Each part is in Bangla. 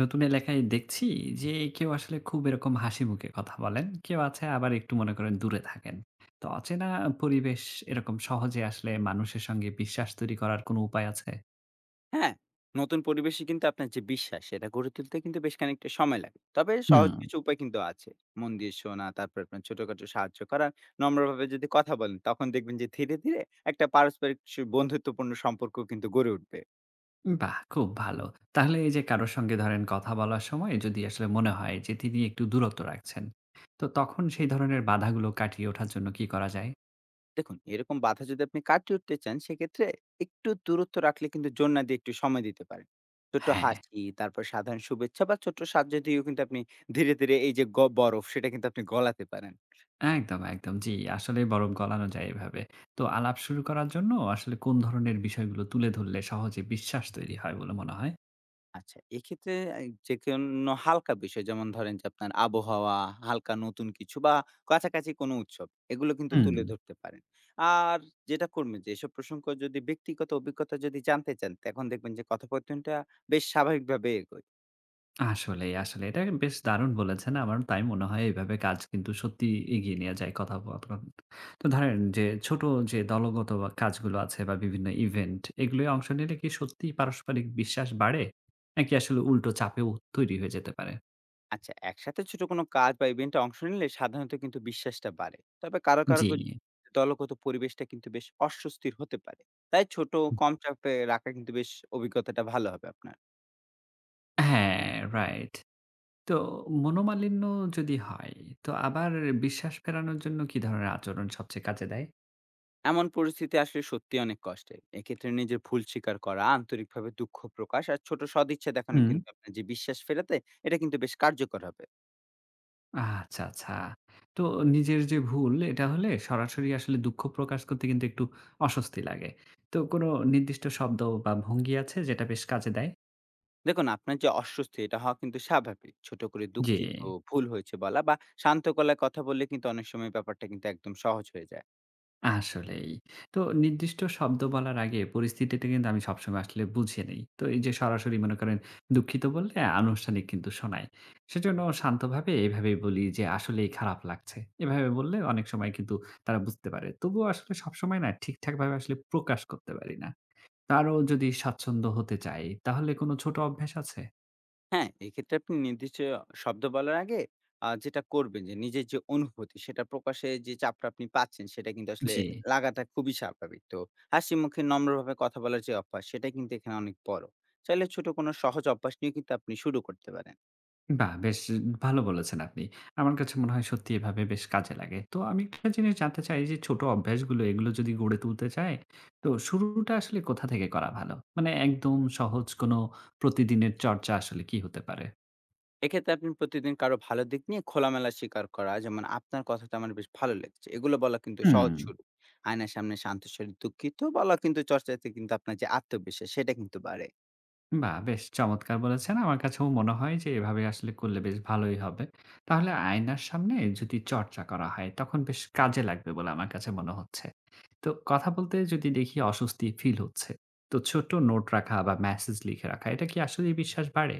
নতুন এলাকায় দেখছি যে কেউ আসলে খুব এরকম হাসি মুখে কথা বলেন, কেউ আছে আবার একটু মনে করেন দূরে থাকেন। তো অচেনা পরিবেশ এরকম সহজে আসলে মানুষের সঙ্গে বিশ্বাস তৈরি করার কোনো উপায় আছে? হ্যাঁ, নতুন পরিবেশে কিন্তু আপনার যে বিশ্বাস সেটা গড়ে তুলতে কিন্তু বেশ খানিকটা সময় লাগে। তবে সহজ হুম। কিছু উপায় কিন্তু আছে। মন দিয়ে শোনা, তারপর আপনার ছোটখাটো সাহায্য করা, নম্রভাবে যদি কথা বলেন তখন দেখবেন যে ধীরে, ধীরে একটা পারস্পরিক সু বন্ধুত্বপূর্ণ সম্পর্ক কিন্তু গড়ে উঠবে। বাহ, খুব ভালো। তাহলে এই যে কারোর সঙ্গে ধরেন কথা বলার সময় যদি আসলে মনে হয় যে তিনি একটু দূরত্ব রাখছেন, তো তখন সেই ধরনের বাধাগুলো কাটিয়ে ওঠার জন্য কি করা যায়? দেখুন এরকম বাধা যদি আপনি কাটিয়ে উঠতে চান সেক্ষেত্রে একটু দূরত্ব রাখলে কিন্তু জোর না দিয়ে একটু সময় দিতে পারেন। ছোট্ট হ্যাঁ। হাসি, তারপর সাধারণ শুভেচ্ছা বা ছোট্ট সাহায্য দিয়েও কিন্তু আপনি ধীরে, ধীরে এই যে বরফ সেটা কিন্তু আপনি গলাতে পারেন। একদম, একদম। জি, আসলে বরফ গলানো যায় এভাবে। তো আলাপ শুরু করার জন্য আসলে কোন ধরনের বিষয়গুলো তুলে ধরলে সহজে বিশ্বাস তৈরি হয় বলে মনে হয়? আচ্ছা, এক্ষেত্রে এই যেকোনো হালকা বিষয় যেমন ধরেন যে আপনার আবহাওয়া, হালকা নতুন কিছু বা কাছাকাছি কোনো উৎসব এগুলো কিন্তু হুম। তুলে ধরতে পারেন। আর যেটা করবেন যে এসব প্রসঙ্গ যদি ব্যক্তিগত অভিজ্ঞতা যদি জানতে চান, এখন দেখবেন যে কথোপকথনটা বেশ স্বাভাবিকভাবে এগোয়। আসলেই, আসলে এটা বেশ দারুণ বলেছেন। আমারও তাই মনে হয়, এভাবে কাজ কিন্তু সত্যিই এগিয়ে নেয়া যায় কথোপকথন। তো ধরেন যে ছোট যে দলগত বা কাজগুলো আছে বা বিভিন্ন ইভেন্ট, এগুলোয় অংশ নিলে কি সত্যিই পারস্পরিক বিশ্বাস বাড়ে? নাকি আসলে উল্টো চাপেও তৈরি হয়ে যেতে পারে? আচ্ছা, একসাথে ছোট কোনো কাজ বা ইভেন্টে অংশ নিলে সাধারণত কিন্তু বিশ্বাসটা বাড়ে। তবে কারো, কারো জি। দলগত পরিবেশটা কিন্তু বেশ অস্বস্তির হতে পারে। তাই ছোট কম চাপে রাখা কিন্তু বেশ অভিজ্ঞতাটা ভালো হবে আপনার। হ্যাঁ, রাইট। তো মনোমালিন্য যদি হয়, তো আবার বিশ্বাস ফেরানোর জন্য কি ধরনের আচরণ সবচেয়ে কাজে দেয়? এমন পরিস্থিতি আসলে সত্যি অনেক কষ্টের। এক্ষেত্রে নিজের ভুল স্বীকার করা, আন্তরিকভাবে দুঃখ প্রকাশ আর ছোট সদিচ্ছা দেখানো হুম। কিন্তু আপনার যে বিশ্বাস ফেরাতে এটা কিন্তু বেশ কার্যকর হবে। আচ্ছা, আচ্ছা। তো নিজের যে ভুল, এটা হলে সরাসরি আসলে দুঃখ প্রকাশ করতে কিন্তু একটু অস্বস্তি লাগে। তো কোনো নির্দিষ্ট শব্দ বা ভঙ্গি আছে যেটা বেশ কাজে দেয়? দেখুন আপনার যে অস্বস্তি এটা হওয়া কিন্তু স্বাভাবিক। ছোট করে জি। দুঃখিত, ভুল হয়েছে বলা বা শান্ত গলায় কথা বললে কিন্তু অনেক সময় ব্যাপারটা কিন্তু একদম সহজ হয়ে যায়। আসলেই। তো নির্দিষ্ট শব্দ বলার আগে পরিস্থিতিটা কিন্তু আমি সবসময় আসলে বুঝে নেই। তো এই যে সরাসরি মনে করেন দুঃখিত বললে আনুষ্ঠানিক কিন্তু শোনায়। সেজন্য শান্তভাবে এভাবেই বলি যে আসলেই খারাপ লাগছে। এভাবে বললে অনেক সময় কিন্তু তারা বুঝতে পারে। তবুও আসলে সবসময় না, ঠিকঠাকভাবে আসলে প্রকাশ করতে পারি না। তো আরো যদি স্বাচ্ছন্দ্য হতে চাই তাহলে কোনো ছোট অভ্যাস আছে? হ্যাঁ, এক্ষেত্রে আপনি নির্দিষ্ট শব্দ বলার আগে যেটা করবেন যে নিজের যে অনুভূতি সেটা প্রকাশে যে চাপটা আপনি পাচ্ছেন সেটা কিন্তু আসলে জি। লাগাটা খুবই স্বাভাবিক। তো হাসি মুখে নম্রভাবে কথা বলার যে অভ্যাস সেটা কিন্তু এখানে অনেক বড়। চাইলে ছোট কোনো সহজ অভ্যাস নিয়ে কিন্তু আপনি শুরু করতে পারেন। বাহ! বেশ ভালো বলেছেন আপনি। আমার কাছে মনে হয় সত্যি এভাবে বেশ কাজে লাগে। তো আমি একটা জিনিস জানতে চাই যে ছোট অভ্যাসগুলো, এগুলো যদি গড়ে তুলতে চাই, তো শুরুটা আসলে কোথা থেকে করা ভালো? মানে একদম সহজ কোনো প্রতিদিনের চর্চা আসলে কি হতে পারে? এক্ষেত্রে আপনি প্রতিদিন কারো ভালো দিক নিয়ে খোলামেলা স্বীকার করা যেমন আপনার কথাটা আমার বেশ ভালো লেগেছে। এগুলো বলা কিন্তু হুম। সহজ শুরু। আয়নার সামনে শান্ত স্বরে দুঃখিত বলা কিন্তু চর্চাতে কিন্তু আপনার যে আত্মবিশ্বাস সেটা কিন্তু বাড়ে। বাহ! বেশ চমৎকার বলেছেন। আমার কাছেও মনে হয় যে এভাবে আসলে করলে বেশ ভালোই হবে। তাহলে আয়নার সামনে যদি চর্চা করা হয় তখন বেশ কাজে লাগবে বলে আমার কাছে মনে হচ্ছে। তো কথা বলতে যদি দেখি অস্বস্তি ফিল হচ্ছে, তো ছোট্ট নোট রাখা বা মেসেজ লিখে রাখা, এটা কি আসলেই বিশ্বাস বাড়ে?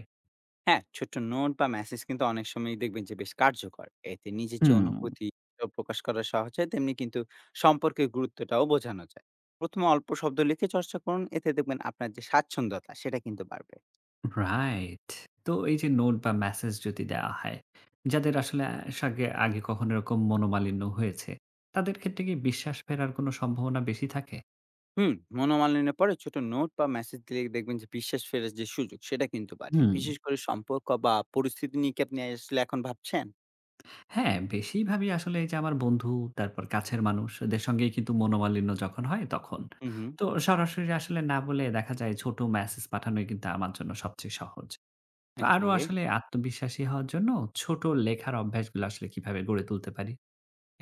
হ্যাঁ, ছোট্ট নোট বা মেসেজ কিন্তু অনেক সময়ই দেখবেন যে বেশ কার্যকর। এতে নিজের যে হুম, অনুভূতি সেটাও প্রকাশ করা সহজ হয়, তেমনি কিন্তু সম্পর্কের গুরুত্বটাও বোঝানো যায়। ১ম এ অল্প শব্দ লিখে চর্চা করুন, এতে দেখবেন আপনার যে স্বাচ্ছন্দ্যতা সেটা কিন্তু বাড়বে। রাইট। তো এই যে নোট বা মেসেজ যদি দেওয়া হয়, যাদের আসলে সাগে আগে কখনো এরকম মনোমালিন্য হয়েছে, তাদের ক্ষেত্রে কি বিশ্বাস ফেরার কোনো সম্ভাবনা বেশি থাকে? হুম, মনোমালিন্যের পরে ছোট নোট বা মেসেজ দিলে দেখবেন যে বিশ্বাস ফেরার যে সুযোগ সেটা কিন্তু বাড়ে। হুম। বিশেষ করে সম্পর্ক বা পরিস্থিতি নিয়ে কি আপনি আসলে এখন ভাবছেন? হ্যাঁ, বেশিভাবেই আসলে এই যে আমার বন্ধু, তারপর কাছের মানুষ, এদের সঙ্গেই কিন্তু মনোমালিন্য যখন হয় তখন। হুম, হুম। তো সরাসরি আসলে না বলে দেখা যায় ছোট মেসেজ পাঠানোই কিন্তু আমার জন্য সবচেয়ে সহজ। তো আরো ওকে। আসলে আত্মবিশ্বাসী হওয়ার জন্য ছোট লেখার অভ্যাসগুলো আসলে কিভাবে গড়ে তুলতে পারি?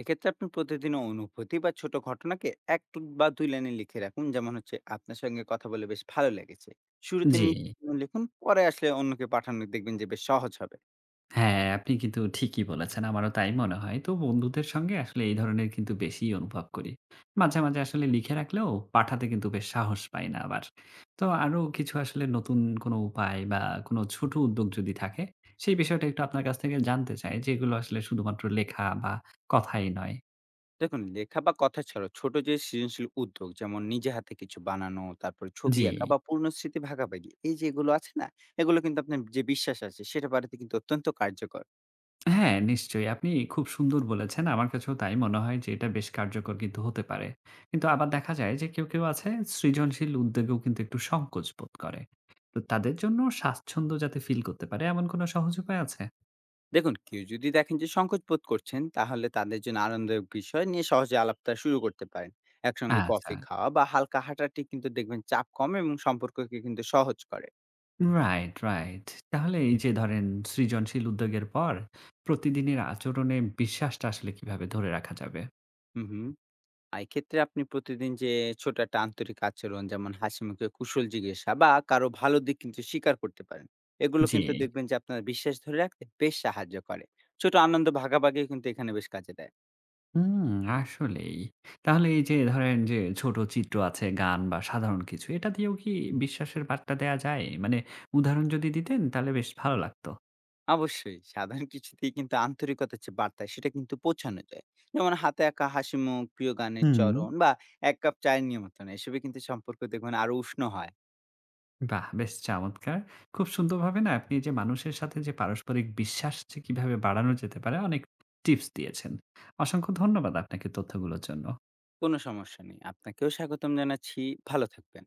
এক্ষেত্রে আপনি প্রতিদিনের অনুভূতি বা ছোট ঘটনাকে এক বা দুই লাইনে লিখে রাখুন যেমন হচ্ছে আপনার সঙ্গে কথা বলে বেশ ভালো লেগেছে। শুরুতে জি। নিজের জন্য লিখুন, পরে আসলে অন্যকে পাঠানো দেখবেন যে বেশ সহজ হবে। হ্যাঁ, আপনি কিন্তু ঠিকই বলেছেন। আমারও তাই মনে হয়। তো বন্ধুদের সঙ্গে আসলে এই ধরনের কিন্তু বেশিই অনুভব করি। মাঝে, মাঝে আসলে লিখে রাখলেও পাঠাতে কিন্তু বেশ সাহস পাই না আবার। তো আরো কিছু আসলে নতুন কোনো উপায় বা কোনো ছোট উদ্যোগ যদি থাকে, সেই বিষয়টা একটু আপনার কাছ থেকে জানতে চাই, যেগুলো আসলে শুধুমাত্র লেখা বা কথাই নয়। দেখুন লেখা বা কথা ছাড়াও ছোট যে সৃজনশীল উদ্যোগ যেমন নিজে হাতে কিছু বানানো, তারপরে ছবি জি। আঁকা বা পূর্ণ স্মৃতি ভাগাভাগি এই যেগুলো আছে না, এগুলো কিন্তু আপনার যে বিশ্বাস আছে সেটা বাড়িতে কিন্তু অত্যন্ত কার্যকর। হ্যাঁ, নিশ্চয়ই। আপনি খুব সুন্দর বলেছেন। আমার কাছেও তাই মনে হয় যে এটা বেশ কার্যকর কিন্তু হতে পারে। কিন্তু আবার দেখা যায় যে কেউ, কেউ আছে সৃজনশীল উদ্যোগেও কিন্তু একটু সংকোচ বোধ করে। তো তাদের জন্য স্বাচ্ছন্দ্য যাতে ফিল করতে পারে এমন কোনো সহজ উপায় আছে? দেখুন কেউ যদি দেখেন যে সংকোচ বোধ করছেন তাহলে তাদের জন্য আনন্দের বিষয় নিয়ে সহজে আলাপটা শুরু করতে পারেন। একসঙ্গে আচ্ছা। কফি খাওয়া বা হালকা হাঁটাটি কিন্তু দেখবেন চাপ কম এবং সম্পর্ককে কিন্তু সহজ করে। Right, right. তাহলে এই যে ধরেন সৃজনশীল উদ্যোগের পর প্রতিদিনের আচরণে বিশ্বাসটা আসলে কিভাবে ধরে রাখা যাবে? হুম, হুম। আর এক্ষেত্রে আপনি প্রতিদিন যে ছোট একটা আন্তরিক আচরণ যেমন হাসি মুখে কুশল জিজ্ঞাসা বা কারো ভালো দিক কিন্তু স্বীকার করতে পারেন। এগুলো জি। কিন্তু দেখবেন যে আপনার বিশ্বাস ধরে রাখতে বেশ সাহায্য করে। ছোট আনন্দ ভাগাভাগি কিন্তু এখানে বেশ কাজে দেয়। হুম, আসলেই। তাহলে এই যে ধরেন যে ছোট চিত্র আছে, গান বা সাধারণ কিছু, এটা দিয়েও কি বিশ্বাসের বার্তা দেয়া যায়? মানে উদাহরণ যদি দিতেন তাহলে বেশ ভালো লাগতো। অবশ্যই সাধারণ কিছুতেই কিন্তু আন্তরিকতার যে বার্তা সেটা কিন্তু পৌঁছানো যায়। যেমন হাতে একা হাসি মুখ, প্রিয় গানের হুম। চরণ বা এক কাপ চায়ের নিমন্ত্রণ এসবে কিন্তু সম্পর্ক দেখবেন আরো উষ্ণ হয়। বাহ! বেশ চমৎকার। খুব সুন্দরভাবে না আপনি যে মানুষের সাথে যে পারস্পরিক বিশ্বাস যে কিভাবে বাড়ানো যেতে পারে অনেক টিপস দিয়েছেন। অসংখ্য ধন্যবাদ আপনাকে তথ্যগুলোর জন্য। কোনো সমস্যা নেই, আপনাকেও স্বাগতম জানাচ্ছি। ভালো থাকবেন।